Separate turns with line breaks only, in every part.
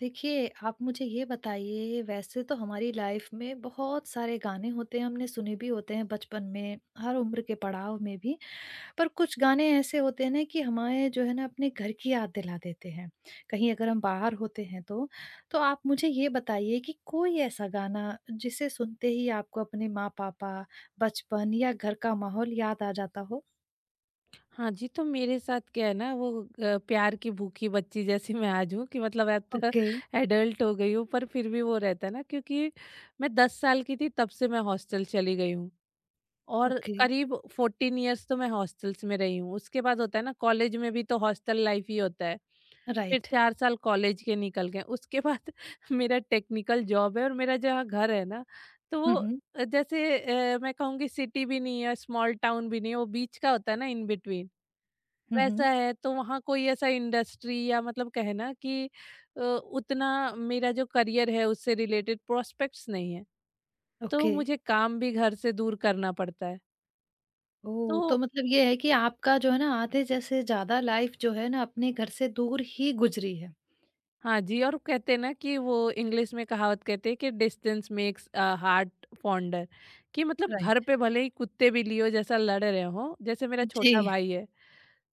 देखिए, आप मुझे ये बताइए वैसे तो हमारी लाइफ में बहुत सारे गाने होते हैं, हमने सुने भी होते हैं बचपन में, हर उम्र के पड़ाव में भी, पर कुछ गाने ऐसे होते हैं ना कि हमें जो है ना अपने घर की याद दिला देते हैं, कहीं अगर हम बाहर होते हैं तो। तो आप मुझे ये बताइए कि कोई ऐसा गाना जिसे सुनते ही आपको अपने माँ-पापा, बचपन या घर का माहौल याद आ जाता हो?
हाँ जी, तो मेरे साथ क्या है ना वो प्यार की भूखी बच्ची जैसी मैं आज हूँ कि मतलब अब तो
ओके।
एडल्ट हो गई हूँ, पर फिर भी वो रहता है ना क्योंकि मैं 10 साल की थी तब से मैं हॉस्टल चली गई हूँ। और
ओके।
करीब 14 इयर्स तो मैं हॉस्टल्स में रही हूँ। उसके बाद होता है ना, कॉलेज में भी तो हॉस्टल लाइफ ही होता है। फिर
राइट।
4 साल कॉलेज के निकल गए। उसके बाद मेरा टेक्निकल जॉब है, और मेरा जहाँ घर है ना, तो वो
हुँ, हुँ।
जैसे मैं कहूँगी सिटी भी नहीं है, स्मॉल टाउन भी नहीं है, वो बीच का होता है ना, इन बिटवीन।
हुँ,
वैसा
हुँ।
है तो वहाँ कोई ऐसा इंडस्ट्री या मतलब कहना कि उतना मेरा जो करियर है उससे रिलेटेड प्रोस्पेक्ट्स नहीं है। तो
ओके।
मुझे काम भी घर से दूर करना पड़ता है।
ओह! तो
तो
मतलब ये है कि आपका जो है ना आधे जैसे ज़्यादा लाइफ़ जो है ना अपने घर से दूर ही गुज़री है।
हाँ जी, और कहते हैं ना कि वो इंग्लिश में कहावत कहते हैं कि distance makes a heart fonder, कि मतलब घर
राइट।
पे भले ही कुत्ते बिल्लियों जैसा लड़ रहे हों, जैसे मेरा छोटा
जी।
भाई है,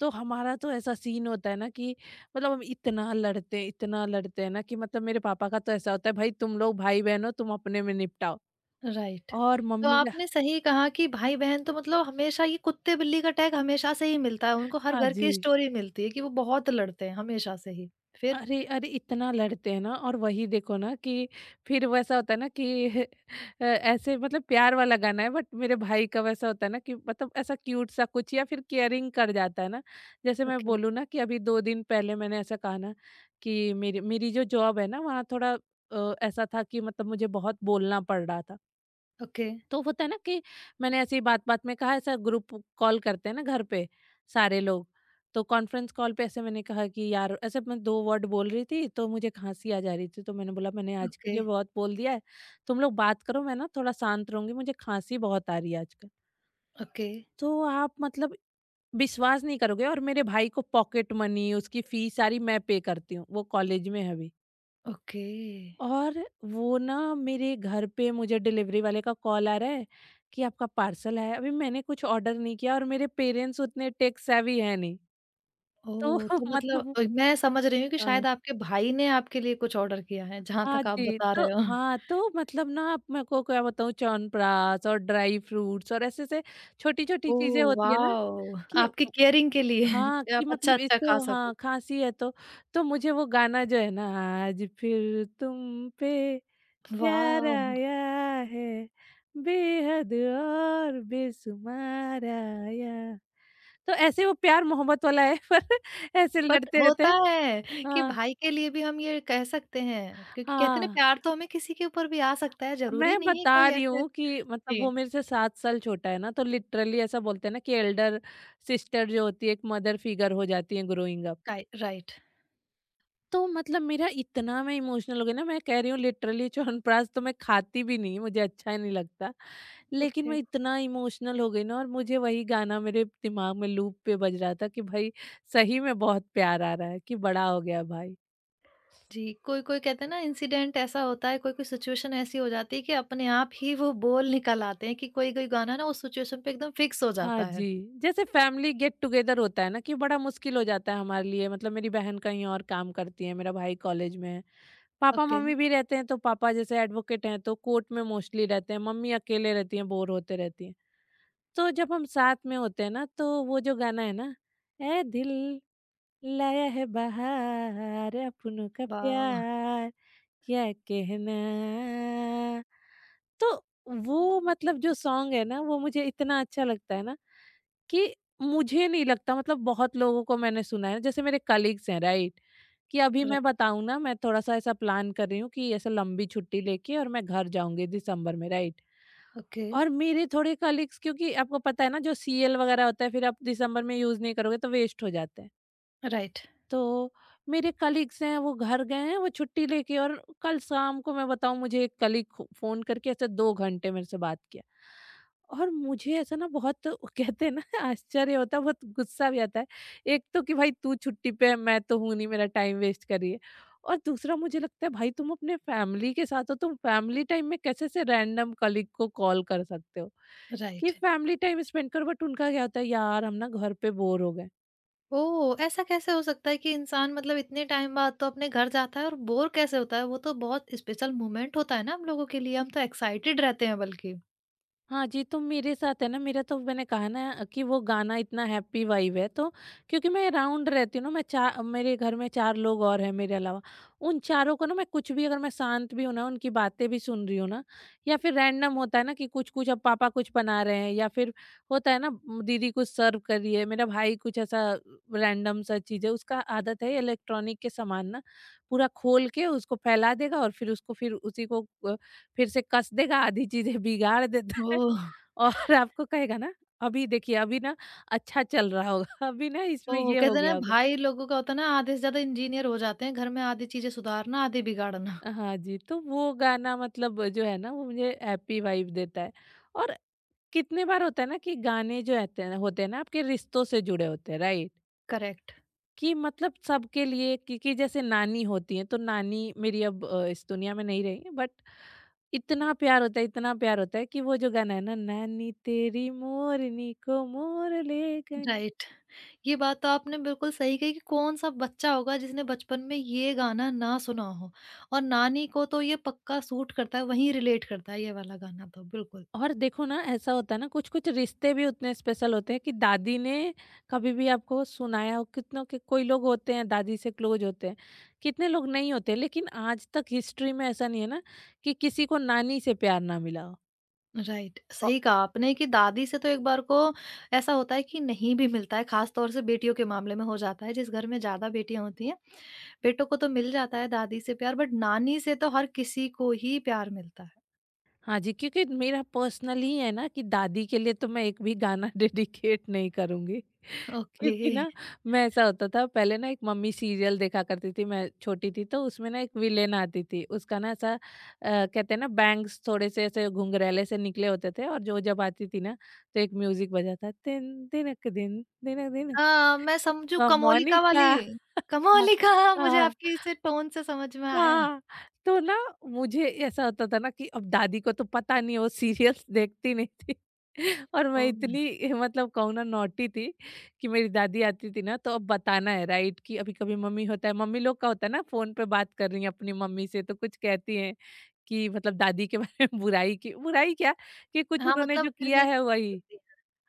तो हमारा तो ऐसा सीन होता है ना, कि मतलब हम इतना लड़ते हैं, इतना लड़ते हैं ना कि मतलब मेरे पापा का तो ऐसा होता है, भाई तुम लोग भाई बहन हो, तुम अपने में निपटाओ।
राइट।
और
तो
मम्मी का।
आपने सही कहा कि भाई-बहन तो मतलब हमेशा ये कुत्ते-बिल्ली का टैग हमेशा से ही मिलता है, उनको हर
हाँ
घर
जी।
की स्टोरी मिलती है कि वो बहुत लड़ते हैं हमेशा से ही। फिर?
अरे, अरे! इतना लड़ते हैं ना, और वही देखो ना कि फिर वैसा होता है ना कि ऐसे मतलब प्यार वाला गाना है, बट मेरे भाई का वैसा होता है ना कि मतलब ऐसा क्यूट सा कुछ या फिर केयरिंग कर जाता है ना। जैसे मैं
ओके।
बोलूँ ना कि अभी 2 दिन पहले मैंने ऐसा कहा ना कि मेरी मेरी जो जॉब है ना, वहाँ थोड़ा ऐसा था कि मतलब मुझे बहुत बोलना पड़ रहा था।
ओके।
तो होता है ना कि मैंने ऐसी बात-बात में कहा, ऐसा ग्रुप कॉल करते हैं ना घर पे सारे लोग, तो कॉन्फ्रेंस कॉल पे ऐसे मैंने कहा कि यार, ऐसे मैं 2 वर्ड बोल रही थी तो मुझे खाँसी आ जा रही थी, तो मैंने बोला मैंने आज के
ओके।
लिए बहुत बोल दिया है, तुम लोग बात करो, मैं ना थोड़ा शांत रहूँगी, मुझे खाँसी बहुत आ रही है आजकल।
ओके।
तो आप मतलब विश्वास नहीं करोगे, और मेरे भाई को पॉकेट मनी, उसकी फीस सारी मैं पे करती हूँ, वो कॉलेज में है अभी।
ओके।
और वो ना मेरे घर पे मुझे डिलीवरी वाले का कॉल आ रहा है कि आपका पार्सल आया है। अभी मैंने कुछ ऑर्डर नहीं किया, और मेरे पेरेंट्स उतने टेक सेवी हैं नहीं। तो
ओह! तो मतलब
मतलब
मैं समझ रही हूँ कि
अ,
शायद आपके भाई ने आपके लिए कुछ ऑर्डर किया है, जहाँ
हाँ
तक आप
जी,
बता
तो
रहे हो।
हाँ, तो मतलब ना, आप मेरे को क्या बताऊँ, च्यवनप्राश और ड्राई फ्रूट्स और ऐसे-ऐसे छोटी-छोटी चीज़ें
ओह
होती है ना,
वाओ!
कि
आपकी केयरिंग के लिए
हाँ, कि
आप
मतलब
अच्छा-अच्छा खा
इसको
सको।
हाँ, खाँसी है तो मुझे वो गाना जो है ना, आज फिर तुम पे प्यार
वाओ!
आया है बेहद और बेशुमार आया। तो ऐसे वो प्यार मोहब्बत वाला है, पर ऐसे
बट
लड़ते रहते
होता
हैं।
है कि
हाँ,
भाई के लिए भी हम ये कह सकते हैं क्योंकि कहते हैं ना
हाँ।
प्यार तो हमें किसी के ऊपर भी आ सकता है, ज़रूरी
मैं
नहीं है
बता
कोई
रही
ऐसे।
हूँ कि मतलब
जी।
वो मेरे से 7 साल छोटा है ना, तो लिटरली ऐसा बोलते हैं ना कि एल्डर सिस्टर जो होती है, एक मदर फिगर हो जाती है ग्रोइंग अप।
काइ राइट।
तो मतलब मेरा इतना मैं इमोशनल हो गई ना, मैं कह रही हूँ लिटरली, च्यवनप्राश तो मैं खाती भी नहीं, मुझे अच्छा ही नहीं लगता। लेकिन
ओके।
मैं इतना इमोशनल हो गई ना, और मुझे वही गाना मेरे दिमाग में लूप पे बज रहा था कि भाई सही में बहुत प्यार आ रहा है, कि बड़ा हो गया भाई।
जी, कोई-कोई कहते हैं ना इंसिडेंट ऐसा होता है, कोई-कोई सिचुएशन ऐसी हो जाती है कि अपने आप ही वो बोल निकल आते हैं कि कोई-कोई गाना ना उस सिचुएशन पे एकदम फिक्स हो
हाँ
जाता है।
जी, जैसे फैमिली गेट टुगेदर होता है ना कि बड़ा मुश्किल हो जाता है हमारे लिए, मतलब मेरी बहन कहीं और काम करती है, मेरा भाई कॉलेज में है।
ओके।
पापा-मम्मी भी रहते हैं, तो पापा जैसे एडवोकेट हैं तो कोर्ट में मोस्टली रहते हैं, मम्मी अकेले रहती हैं, बोर होते रहती हैं। तो जब हम साथ में होते हैं ना, तो वो जो गाना है ना, ए दिल लाया है बहार अपनों का
वाओ!
प्यार क्या कहना। तो वो मतलब जो सॉन्ग है ना, वो मुझे इतना अच्छा लगता है ना, कि मुझे नहीं लगता मतलब बहुत लोगों को, मैंने सुना है जैसे मेरे कलीग्स हैं, राइट, कि अभी मैं
राइट।
बताऊं ना, मैं थोड़ा सा ऐसा प्लान कर रही हूँ कि ऐसा लंबी छुट्टी लेके और मैं घर जाऊंगी दिसंबर में, राइट।
ओके।
और मेरे थोड़े कलीग्स, क्योंकि आपको पता है ना जो सीएल वगैरह होता है, फिर आप दिसंबर में यूज नहीं करोगे तो वेस्ट हो जाते हैं,
राइट।
तो मेरे कलीग्स हैं वो घर गए हैं, वो छुट्टी लेके, और कल शाम को मैं बताऊं, मुझे एक कलीग फोन करके ऐसे 2 घंटे मेरे से बात किया। और मुझे ऐसा ना बहुत कहते हैं ना आश्चर्य होता है, बहुत गुस्सा भी आता है। एक तो कि भाई, तू छुट्टी पे है, मैं तो हूं नहीं, मेरा टाइम वेस्ट कर रही है। और दूसरा, मुझे लगता है भाई, तुम अपने फैमिली के साथ हो, तुम फैमिली टाइम में कैसे से रैंडम कलीग को कॉल कर सकते हो, कि
राइट।
फैमिली टाइम स्पेंड करो। बट उनका क्या होता है, यार हम ना घर पे बोर हो गए।
ओह! ऐसा कैसे हो सकता है कि इंसान मतलब इतने टाइम बाद तो अपने घर जाता है और बोर कैसे होता है? वो तो बहुत स्पेशल मोमेंट होता है ना हम लोगों के लिए, हम तो एक्साइटेड रहते हैं बल्कि।
हाँ जी, तो मेरे साथ है ना, मेरा तो मैंने कहा ना कि वो गाना इतना हैप्पी वाइब है, तो क्योंकि मैं राउंड रहती हूँ ना, मैं चा मेरे घर में 4 लोग और हैं मेरे अलावा। उन चारों को ना मैं कुछ भी, अगर मैं शांत भी हूँ ना, उनकी बातें भी सुन रही हूँ ना, या फिर रैंडम होता है ना कि कुछ-कुछ, अब पापा कुछ बना रहे हैं, या फिर होता है ना दीदी कुछ सर्व कर रही है, मेरा भाई कुछ ऐसा रैंडम सा चीज़ है। उसका आदत है इलेक्ट्रॉनिक के सामान ना पूरा खोल के उसको फैला देगा, और फिर उसको फिर उसी को फिर से कस देगा, आधी चीज़ें बिगाड़ देता है,
ओह!
और आपको कहेगा ना, "अभी देखिए, अभी ना अच्छा चल रहा होगा, अभी ना इसमें
ओह!
ये हो
कहते हैं ना
गया होगा।"
भाई लोगों का होता है ना आधे से ज़्यादा इंजीनियर हो जाते हैं, घर में आधी चीज़ें सुधारना, आधी बिगाड़ना।
हाँ जी, तो वो गाना मतलब जो है ना, वो मुझे हैप्पी वाइब देता है। और कितने बार होता है ना कि गाने जो होते हैं ना, आपके रिश्तों से जुड़े होते हैं, राइट?
करेक्ट।
कि मतलब सबके लिए, क्योंकि जैसे नानी होती है तो नानी मेरी अब इस दुनिया में नहीं रही है, बट इतना प्यार होता है, इतना प्यार होता है कि वो जो गाना है ना, नानी तेरी मोरनी को मोर ले गई।
राइट। ये बात तो आपने बिल्कुल सही कही कि कौन-सा बच्चा होगा जिसने बचपन में ये गाना ना सुना हो और नानी को तो ये पक्का सूट करता है, वहीं रिलेट करता है ये वाला गाना तो, बिल्कुल।
और देखो ना ऐसा होता है ना, कुछ कुछ रिश्ते भी उतने स्पेशल होते हैं कि दादी ने कभी भी आपको सुनाया हो, कितनों के कोई लोग होते हैं दादी से क्लोज होते हैं, कितने लोग नहीं होते। लेकिन आज तक हिस्ट्री में ऐसा नहीं है ना, कि किसी को नानी से प्यार ना मिला हो।
राइट, सही कहा आपने कि दादी से तो एक बार को ऐसा होता है कि नहीं भी मिलता है खास तौर से बेटियों के मामले में हो जाता है जिस घर में ज्यादा बेटियां होती हैं, बेटों को तो मिल जाता है दादी से प्यार बट नानी से तो हर किसी को ही प्यार मिलता है।
हाँ जी, क्योंकि मेरा पर्सनली है ना कि दादी के लिए तो मैं एक भी गाना डेडिकेट नहीं करूँगी।
ओके।
क्योंकि ना मैं, ऐसा होता था पहले ना, एक मम्मी सीरियल देखा करती थी, मैं छोटी थी तो उसमें ना एक विलेन आती थी। उसका ना ऐसा कहते हैं ना बैंग्स थोड़े-से ऐसे घुंघरैले से निकले होते थे, और जो जब आती थी ना तो एक म्यूज़िक बजा था, तिन, दिनक दिन, दिनक दिन।
हाँ मैं समझू कमोलिका
मोनिका।
वाली।
हाँ,
कमोलिका हाँ, मुझे
हाँ।
आपकी इसे टोन से समझ में आया।
हाँ, तो ना मुझे ऐसा होता था ना कि अब दादी को तो पता नहीं, वो सीरियल्स देखती नहीं थी, और
ओ।
मैं इतनी मतलब कहूँ ना नॉटी थी कि मेरी दादी आती थी ना, तो अब बताना है, राइट, कि अभी कभी मम्मी होता है, मम्मी लोग का होता है ना, फोन पे बात कर रही है अपनी मम्मी से तो कुछ कहती हैं कि मतलब दादी के बारे में बुराई, की बुराई क्या, कि कुछ
हाँ
उन्होंने
मतलब
जो
फिर
किया
भी।
है वही।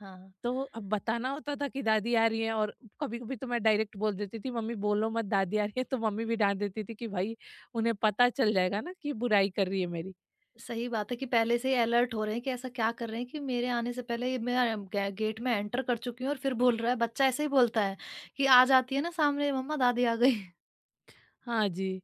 हाँ।
तो अब बताना होता था कि दादी आ रही है, और कभी-कभी तो मैं डायरेक्ट बोल देती थी, मम्मी बोलो मत, दादी आ रही है, तो मम्मी भी डांट देती थी कि भाई, उन्हें पता चल जाएगा ना कि बुराई कर रही है मेरी।
सही बात है कि पहले से ही अलर्ट हो रहे हैं कि ऐसा क्या कर रहे हैं कि मेरे आने से पहले ये मैं गेट में एंटर कर चुकी हूँ और फिर बोल रहा है बच्चा ऐसे ही बोलता है कि आ जाती है ना सामने मम्मा दादी आ गई।
हाँ जी।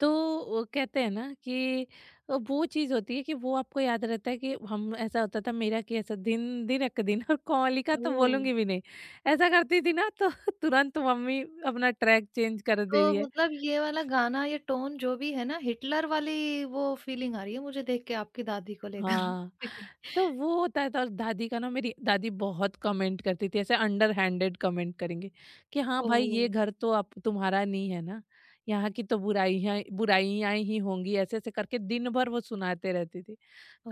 तो वो कहते हैं ना कि वो चीज़ होती है कि वो आपको याद रहता है कि हम, ऐसा होता था मेरा कि ऐसा दिन दिन अक दिन, और कोमली का तो
ओ।
बोलूँगी भी नहीं। ऐसा करती थी ना तो तुरंत मम्मी अपना ट्रैक चेंज कर दे रही
तो
है।
मतलब ये वाला गाना ये टोन जो भी है ना हिटलर वाली वो फीलिंग आ रही है मुझे देख के आपकी दादी को लेकर
हाँ,
क्योंकि।
तो वो होता है तो। और दादी का ना, मेरी दादी बहुत कमेंट करती थी, ऐसे अंडर हैंडेड कमेंट करेंगे कि हाँ
ओ।
भाई, ये घर तो आप तुम्हारा नहीं है ना, यहाँ की तो बुराइयाँ बुराइयाँ ही होंगी, ऐसे-ऐसे करके दिन भर वो सुनाते रहती थी।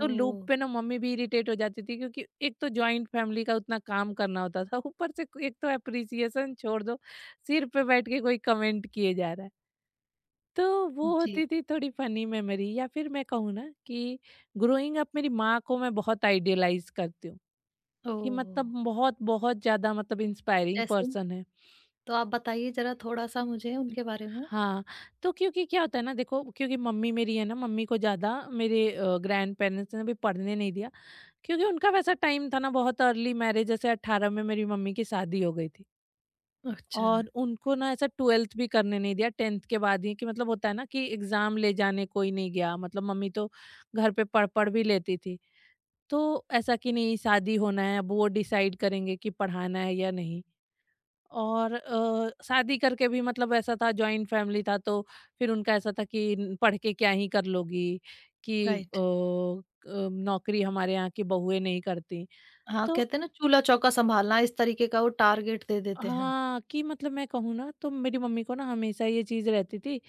तो लूप पे ना मम्मी भी इरिटेट हो जाती थी, क्योंकि एक तो जॉइंट फैमिली का उतना काम करना होता था, ऊपर से एक तो एप्रिसिएशन छोड़ दो, सिर पे बैठ के कोई कमेंट किए जा रहा है। तो वो
जी।
होती थी थोड़ी फनी मेमोरी, या फिर मैं कहूँ ना कि ग्रोइंग अप, मेरी माँ को मैं बहुत आइडियलाइज करती हूँ,
ओ।
कि मतलब बहुत बहुत ज़्यादा मतलब इंस्पायरिंग
जैसे।
पर्सन है।
तो आप बताइए जरा थोड़ा सा मुझे उनके बारे में।
हाँ, तो क्योंकि क्या होता है ना, देखो क्योंकि मम्मी मेरी है ना, मम्मी को ज़्यादा मेरे ग्रैंड पेरेंट्स ने भी पढ़ने नहीं दिया। क्योंकि उनका वैसा टाइम था ना, बहुत अर्ली मैरिज, जैसे 18 में मेरी मम्मी की शादी हो गई थी।
अच्छा।
और उनको ना ऐसा 12th भी करने नहीं दिया, 10th के बाद ही कि मतलब होता है ना कि एग्जाम ले जाने कोई नहीं गया, मतलब मम्मी तो घर पे पढ़ पढ़ भी लेती थी। तो ऐसा कि नहीं, शादी होना है, अब वो डिसाइड करेंगे कि पढ़ाना है या नहीं। और शादी करके भी मतलब ऐसा था, जॉइंट फैमिली था, तो फिर उनका ऐसा था कि "न- पढ़ के क्या ही कर लोगी कि
राइट।
नौकरी हमारे यहाँ की बहुएं नहीं करती"।
हाँ,
तो
कहते हैं ना चूल्हा-चौका सँभालना इस तरीके का वो टारगेट दे देते हैं।
हाँ, कि मतलब मैं कहूँ ना तो मेरी मम्मी को ना हमेशा ये चीज रहती थी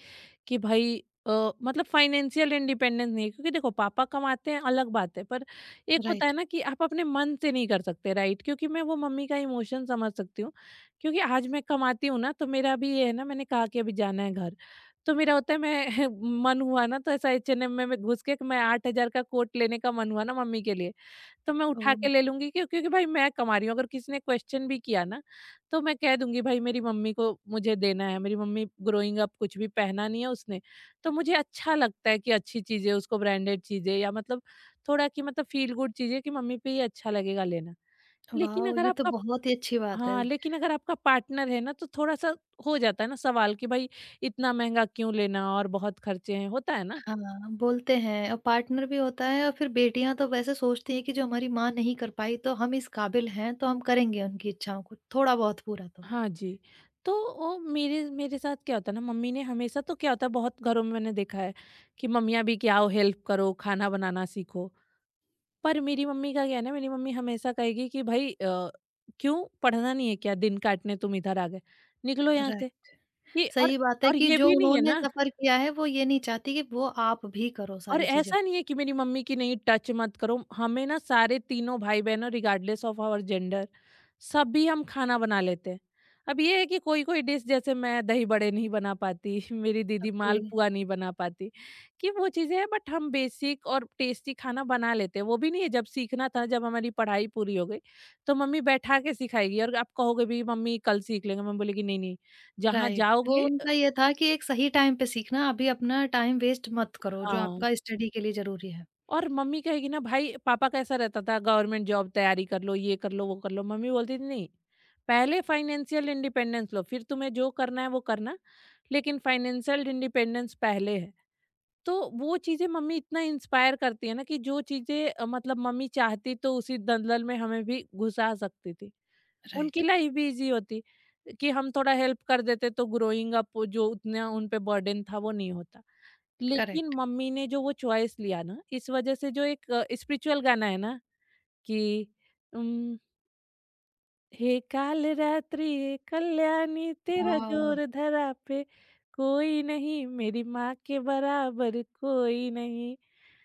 कि भाई मतलब फाइनेंशियल इंडिपेंडेंस नहीं है। क्योंकि देखो पापा कमाते हैं, अलग बात है, पर एक होता है
राइट।
ना कि आप अपने मन से नहीं कर सकते, राइट। क्योंकि मैं वो मम्मी का इमोशन समझ सकती हूँ। क्योंकि आज मैं कमाती हूँ ना, तो मेरा भी ये है ना, मैंने कहा कि अभी जाना है घर, तो मेरा होता है मैं मन हुआ ना, तो ऐसा एच एन एम में मैं घुस के मैं 8 हज़ार का कोट लेने का मन हुआ ना मम्मी के लिए, तो मैं उठा के
ओह!
ले लूँगी। क्यों? क्योंकि भाई मैं कमा रही हूँ, अगर किसी ने क्वेश्चन भी किया ना, तो मैं कह दूँगी भाई मेरी मम्मी को मुझे देना है, मेरी मम्मी ग्रोइंग अप कुछ भी पहना नहीं है उसने, तो मुझे अच्छा लगता है कि अच्छी चीज़ें उसको, ब्रांडेड चीज़ें या मतलब थोड़ा कि मतलब फ़ील गुड चीज़ें कि मम्मी पे ये अच्छा लगेगा लेना। लेकिन
वॉव!
अगर
ये तो
आपका
बहुत ही अच्छी बात है।
हाँ, लेकिन अगर आपका पार्टनर है ना तो थोड़ा-सा हो जाता है ना सवाल कि भाई इतना महँगा क्यों लेना, और बहुत खर्चे हैं, होता है ना?
हाँ, बोलते हैं और पार्टनर भी होता है और फिर बेटियाँ तो वैसे सोचती हैं कि जो हमारी माँ नहीं कर पाई तो हम इस काबिल हैं तो हम करेंगे उनकी इच्छाओं को थोड़ा बहुत पूरा तो।
हाँ जी। तो वो मेरे मेरे साथ क्या होता है ना, मम्मी ने हमेशा, तो क्या होता है बहुत घरों में मैंने देखा है कि मम्मियाँ भी कि आओ हेल्प करो, खाना बनाना सीखो। पर मेरी मम्मी का क्या है ना, मेरी मम्मी हमेशा कहेगी कि भाई क्यों, पढ़ना नहीं है क्या? दिन काटने तुम इधर आ गए, निकलो यहाँ
राइट।
से। कि
सही बात है
और
कि
ये
जो
भी नहीं है
उन्होंने
ना,
सफ़र किया है वो ये नहीं चाहती कि वो आप भी करो
और
सारी चीज़ें।
ऐसा नहीं है कि मेरी मम्मी की नहीं, टच मत करो। हमें ना सारे तीनों भाई-बहनों, रिगार्डलेस ऑफ आवर जेंडर, सभी हम खाना बना लेते हैं। अब ये है कि कोई-कोई डिश, जैसे मैं दही बड़े नहीं बना पाती, मेरी दीदी
ओके।
मालपुआ नहीं बना पाती, कि वो चीज़ें हैं, बट हम बेसिक और टेस्टी खाना बना लेते हैं। वो भी नहीं है, जब सीखना था जब हमारी पढ़ाई पूरी हो गई, तो मम्मी बैठा के सिखाएगी। और आप कहोगे भी मम्मी कल सीख लेंगे, मम्मी बोलेगी नहीं, नहीं, जहाँ
राइट। वो
जाओगे
उनका ये था कि एक सही टाइम पे सीखना, अभी अपना टाइम वेस्ट मत करो जो
हाँ।
आपका स्टडी के लिए ज़रूरी है।
और मम्मी कहेगी ना भाई पापा का ऐसा रहता था, गवर्नमेंट जॉब तैयारी कर लो, ये कर लो वो कर लो, मम्मी बोलती थी नहीं, पहले फाइनेंशियल इंडिपेंडेंस लो, फिर तुम्हें जो करना है वो करना, लेकिन फाइनेंशियल इंडिपेंडेंस पहले है। तो वो चीज़ें मम्मी इतना इंस्पायर करती है ना, कि जो चीज़ें मतलब मम्मी चाहती तो उसी दलदल में हमें भी घुसा सकती थी, उनकी
राइट।
लाइफ भी ईज़ी होती कि हम थोड़ा हेल्प कर देते, तो ग्रोइंग अप जो उतना उन पे बर्डन था वो नहीं होता। लेकिन
करेक्ट।
मम्मी ने जो वो चॉइस लिया ना, इस वजह से जो एक स्पिरिचुअल गाना है ना कि उम, "हे काल रात्रि हे कल्याणी तेरा
वाह!
जोर धरा पे कोई नहीं, मेरी माँ के बराबर कोई नहीं"।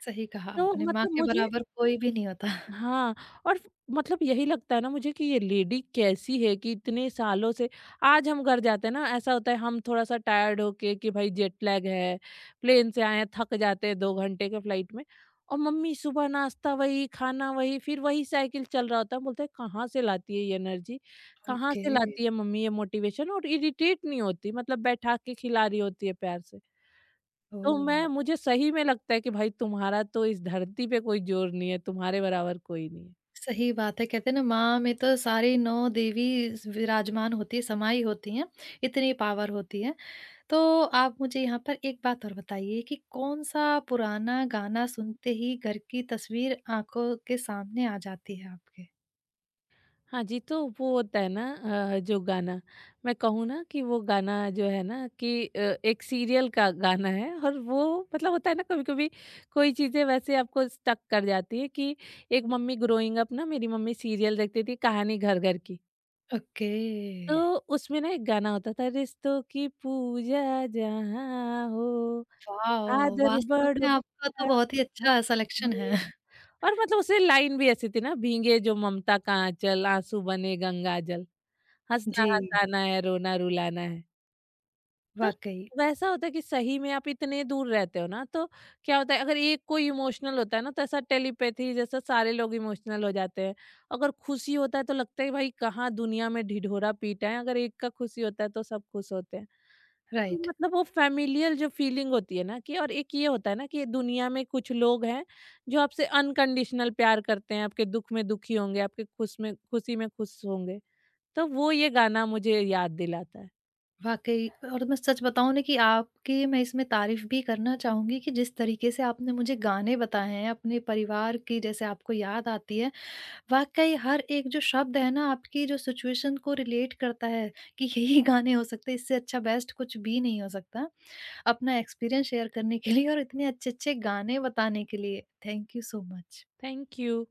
सही कहा
तो
आपने, माँ
मतलब
के
मुझे
बराबर कोई भी नहीं होता।
हाँ, और फ मतलब यही लगता है ना मुझे कि ये लेडी कैसी है कि इतने सालों से आज हम घर जाते हैं ना, ऐसा होता है हम थोड़ा-सा टायर्ड होके कि भाई जेट लैग है, प्लेन से आए हैं, थक जाते हैं 2 घंटे के फ्लाइट में, और मम्मी सुबह नाश्ता वही, खाना वही, फिर वही साइकिल चल रहा होता है। हम बोलते हैं, "कहाँ से लाती है ये एनर्जी? कहाँ
ओके।
से लाती है मम्मी ये मोटिवेशन?" और इरिटेट नहीं होती, मतलब बैठा के खिला रही होती है प्यार से। तो
ओह!
मैं मुझे सही में लगता है कि भाई तुम्हारा तो इस धरती पे कोई जोर नहीं है, तुम्हारे बराबर कोई नहीं है।
सही बात है, कहते हैं ना माँ में तो सारी 9 देवी स विराजमान होती है, समाई होती हैं, इतनी पावर होती है। तो आप मुझे यहाँ पर एक बात और बताइए कि कौन-सा पुराना गाना सुनते ही घर की तस्वीर आँखों के सामने आ जाती है आपके?
हाँ जी, तो वो होता है ना जो गाना मैं कहूँ ना कि वो गाना जो है ना कि एक सीरियल का गाना है और वो मतलब होता है ना कभी-कभी कोई चीज़ें वैसे आपको स्टक कर जाती है कि एक मम्मी ग्रोइंग अप ना, मेरी मम्मी सीरियल देखती थी कहानी घर-घर की।
ओके।
तो उसमें ना एक गाना होता था, "रिश्तों की पूजा जहाँ हो,
वॉव!
आदर
वास्तव
बड़ों
में आपका
का
तो बहुत ही
वहाँ
अच्छा सलेक्शन है।
हो"। और मतलब उसमें लाइन भी ऐसी थी ना, "भीगे जो ममता का आँचल, आँसू बने गंगा जल। हँसना
जी।
हँसाना है, रोना रुलाना है"। तो
वाक़ई।
वैसा होता है कि सही में आप इतने दूर रहते हो ना, तो क्या होता है अगर एक कोई इमोशनल होता है ना, तो ऐसा टेलीपैथी जैसा सारे लोग इमोशनल हो जाते हैं। अगर खुशी होता है तो लगता है भाई कहाँ दुनिया में ढिढोरा पीटा है, अगर एक का खुशी होता है तो सब खुश होते हैं। तो
राइट।
मतलब वो फ़ैमिलियल जो फीलिंग होती है ना, कि और एक ये होता है ना कि दुनिया में कुछ लोग हैं जो आपसे अनकंडीशनल प्यार करते हैं, आपके दुःख में दुखी होंगे, आपके खुश में खुशी में खुश होंगे। तो वो ये गाना मुझे याद दिलाता है।
वाक़ई। और मैं सच बताऊँ ना कि आपकी मैं इसमें तारीफ़ भी करना चाहूँगी कि जिस तरीके से आपने मुझे गाने बताए हैं, अपने परिवार की जैसे आपको याद आती है, वाक़ई हर एक जो शब्द है ना आपकी जो सिचुएशन को रिलेट करता है कि यही गाने हो सकते हैं, इससे अच्छा बेस्ट कुछ भी नहीं हो सकता। अपना एक्सपीरियंस शेयर करने के लिए और इतने अच्छे-अच्छे गाने बताने के लिए, thank you so much.
Thank you.